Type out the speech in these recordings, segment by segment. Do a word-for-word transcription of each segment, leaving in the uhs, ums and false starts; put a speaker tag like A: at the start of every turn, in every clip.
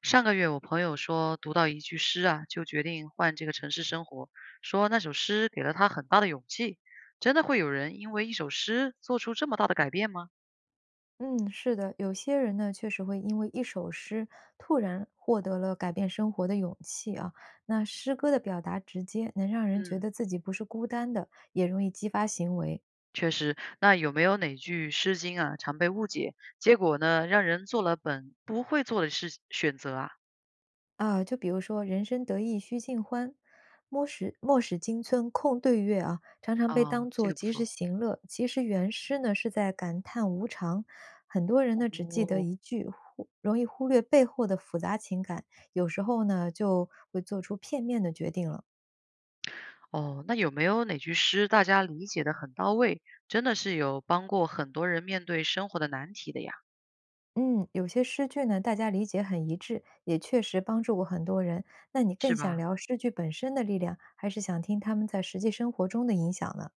A: 上个月我朋友说读到一句诗啊，就决定换这个城市生活，说那首诗给了他很大的勇气。真的会有人因为一首诗做出这么大的改变吗？
B: 嗯，是的，有些人呢，确实会因为一首诗突然获得了改变生活的勇气啊。那诗歌的表达直接，能让人觉
A: 嗯，
B: 得自己不是孤单的，也容易激发行为
A: 确实。那有没有哪句《诗经》啊常被误解，结果呢让人做了本不会做的事选择啊？
B: 啊。就比如说"人生得意须尽欢，莫使莫使金樽空对月"啊，常常被
A: 啊，
B: 当
A: 这
B: 作
A: 个不
B: 及时
A: 错。
B: 行乐。其实原诗呢是在感叹无常，很多人呢只记得
A: 哦
B: 一句，忽容易忽略背后的复杂情感，有时候呢就会做出片面的决定了。
A: 哦，那有没有哪句诗大家理解的很到位，真的是有帮过很多人面对生活的难题的呀？
B: 嗯，有些诗句呢，大家理解很一致，也确实帮助过很多人。那你更
A: 是
B: 想
A: 吧？
B: 聊诗句本身的力量，还是想听他们在实际生活中的影响呢？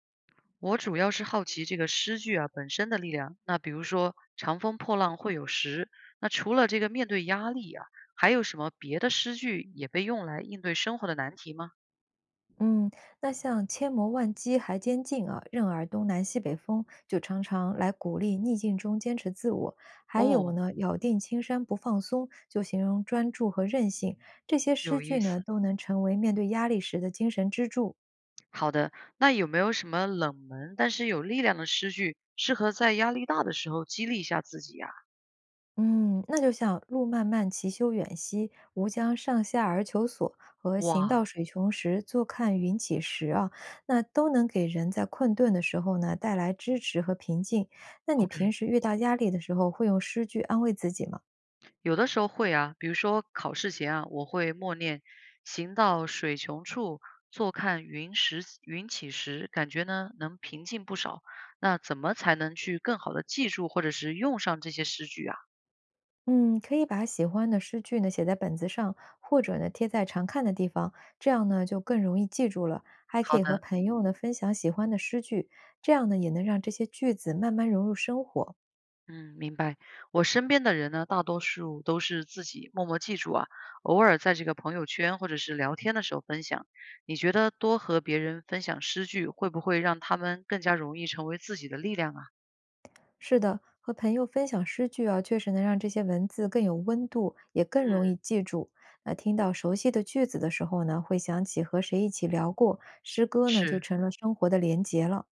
A: 我主要是好奇这个诗句啊本身的力量。那比如说“长风破浪会有时”，那除了这个面对压力啊，还有什么别的诗句也被用来应对生活的难题吗？
B: 嗯，那像"千磨万击还坚劲啊，任尔东南西北风"就常常来鼓励逆境中坚持自我。还有
A: 哦，
B: 呢，"咬定青山不放松"就形容专注和韧性。这些诗
A: 有
B: 句
A: 意
B: 呢，
A: 思。
B: 都能成为面对压力时的精神支柱。
A: 好的，那有没有什么冷门但是有力量的诗句，适合在压力大的时候激励一下自己呀？
B: 嗯，那就像"路漫漫其修远兮，吾将上下而求索"和"行到
A: 哇
B: 水穷时，坐看云起时"啊，那都能给人在困顿的时候呢带来支持和平静。那你平
A: ，OK。
B: 时遇到压力的时候，会用诗句安慰自己吗？
A: 有的时候会啊，比如说考试前啊，我会默念“行到水穷处，坐看云时云起时”，感觉呢能平静不少。那怎么才能去更好的记住或者是用上这些诗句啊？
B: 嗯，可以把喜欢的诗句呢写在本子上，或者呢贴在常看的地方，这样呢就更容易记住了。还可
A: 好
B: 以和
A: 的，
B: 朋友呢分享喜欢的诗句，这样呢也能让这些句子慢慢融入生活。
A: 嗯，明白。我身边的人呢，大多数都是自己默默记住啊，偶尔在这个朋友圈或者是聊天的时候分享。你觉得多和别人分享诗句，会不会让他们更加容易成为自己的力量啊？
B: 是的，和朋友分享诗句啊，确实能让这些文字更有温度，也更容易
A: 嗯，
B: 记住。那听到熟悉的句子的时候呢，会想起和谁一起聊过，诗歌呢就
A: 是。
B: 成了生活的连结了。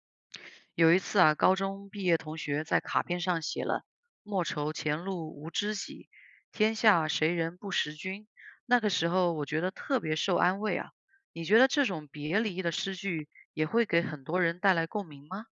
A: 有一次啊，高中毕业同学在卡片上写了“莫愁前路无知己，天下谁人不识君”。那个时候，我觉得特别受安慰啊。你觉得这种别离的诗句也会给很多人带来共鸣吗？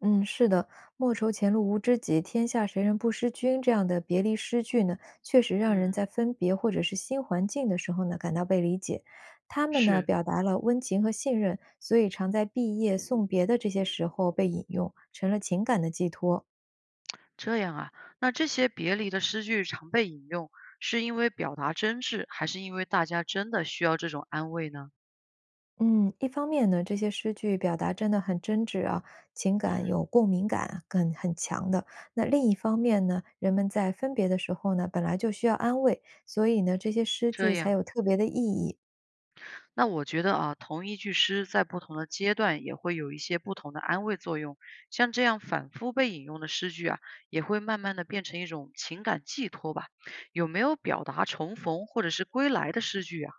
B: 嗯，是的，"莫愁前路无知己，天下谁人不识君"这样的别离诗句呢，确实让人
A: 嗯，
B: 在分别或者是新环境的时候呢，感到被理解。他们呢，
A: 是
B: 表达了温情和信任，所以常在毕业、送别的这些时候被引用，成了情感的寄托。
A: 这样啊。那这些别离的诗句常被引用，是因为表达真挚，还是因为大家真的需要这种安慰呢？
B: 嗯，一方面呢，这些诗句表达真的很真挚啊，情
A: 嗯，
B: 感有共鸣感很很强的。那另一方面呢，人们在分别的时候呢，本来就需要安慰，所以呢，这些诗
A: 这
B: 句才
A: 样。
B: 有特别的意义。
A: 那我觉得啊，同一句诗在不同的阶段也会有一些不同的安慰作用，像这样反复被引用的诗句啊，也会慢慢的变成一种情感寄托吧。有没有表达重逢或者是归来的诗句啊？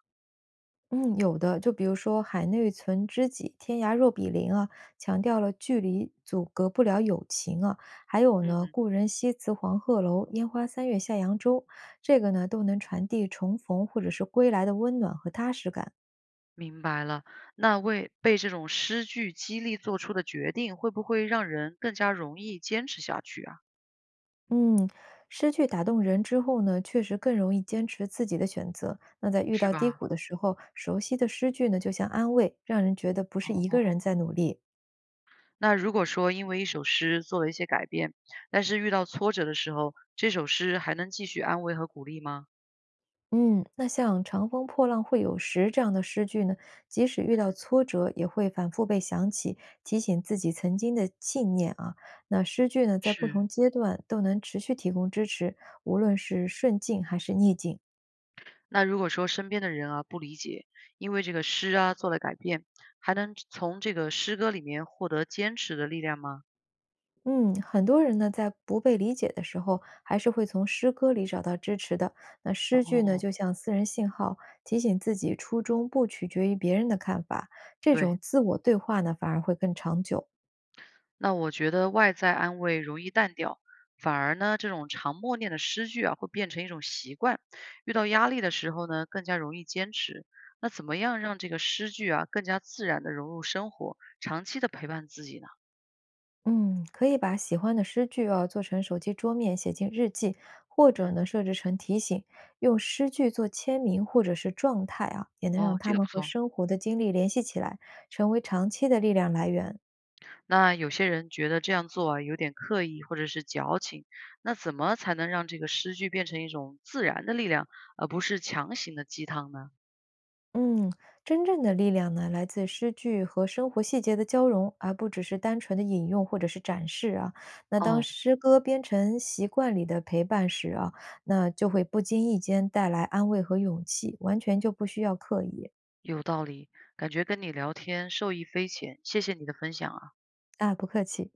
B: 嗯，有的，就比如说"海内存知己，天涯若比邻"啊，强调了距离阻隔不了友情啊。还有呢，
A: 嗯，
B: “故人西辞黄鹤楼，烟花三月下扬州"，这个呢都能传递重逢或者是归来的温暖和踏实感。
A: 明白了，那为被这种诗句激励做出的决定，会不会让人更加容易坚持下去啊？
B: 嗯，诗句打动人之后呢，确实更容易坚持自己的选择。那在遇
A: 是
B: 到低
A: 吧？
B: 谷的时候，熟悉的诗句呢，就像安慰，让人觉得不是一个人
A: 哦，
B: 在努力。
A: 那如果说因为一首诗做了一些改变，但是遇到挫折的时候，这首诗还能继续安慰和鼓励吗？
B: 嗯，那像"长风破浪会有时"这样的诗句呢，即使遇到
A: 嗯，
B: 挫折，也会反复被想起，提醒自己曾经的信念啊。那诗句呢，在不
A: 是。
B: 同阶段都能持续提供支持，无论是顺境还是逆境。
A: 那如果说身边的人啊不理解，因为这个诗啊做了改变，还能从这个诗歌里面获得坚持的力量吗？
B: 嗯，很多人呢，在不被理解的时候，还是会从诗歌里找到支持的。那诗句呢，
A: 哦，
B: 就像私人信号，提醒自己初衷不取决于别人的看法。这种
A: 对。
B: 自我对话呢，反而会更长久。
A: 那我觉得外在安慰容易淡掉，反而呢这种常默念的诗句啊会变成一种习惯，遇到压力的时候呢更加容易坚持。那怎么样让这个诗句啊更加自然的融入生活，长期的陪伴自己呢？
B: 嗯，可以把喜欢的诗句啊，做成手机桌面，写进日记，或者
A: 嗯，
B: 呢，设置成提醒，用诗句做签名或者是状态啊，也能让
A: 哦，
B: 他
A: 这个
B: 们
A: 不
B: 和
A: 错。
B: 生活的经历联系起来，成为长期的力量来源。
A: 那有些人觉得这样做啊有点刻意或者是矫情，那怎么才能让这个诗句变成一种自然的力量，而不是强行的鸡汤呢？
B: 嗯，真正的力量呢，来自诗句和生活细节的交融，而不只是单纯的引用或者是展示啊。那当
A: 哦，
B: 诗歌变成习惯里的陪伴时啊，那就会不经意间带来安慰和勇气，完全就不需要刻意。
A: 有道理，感觉跟你聊天受益匪浅，谢谢你的分享。啊。
B: 啊，不客气。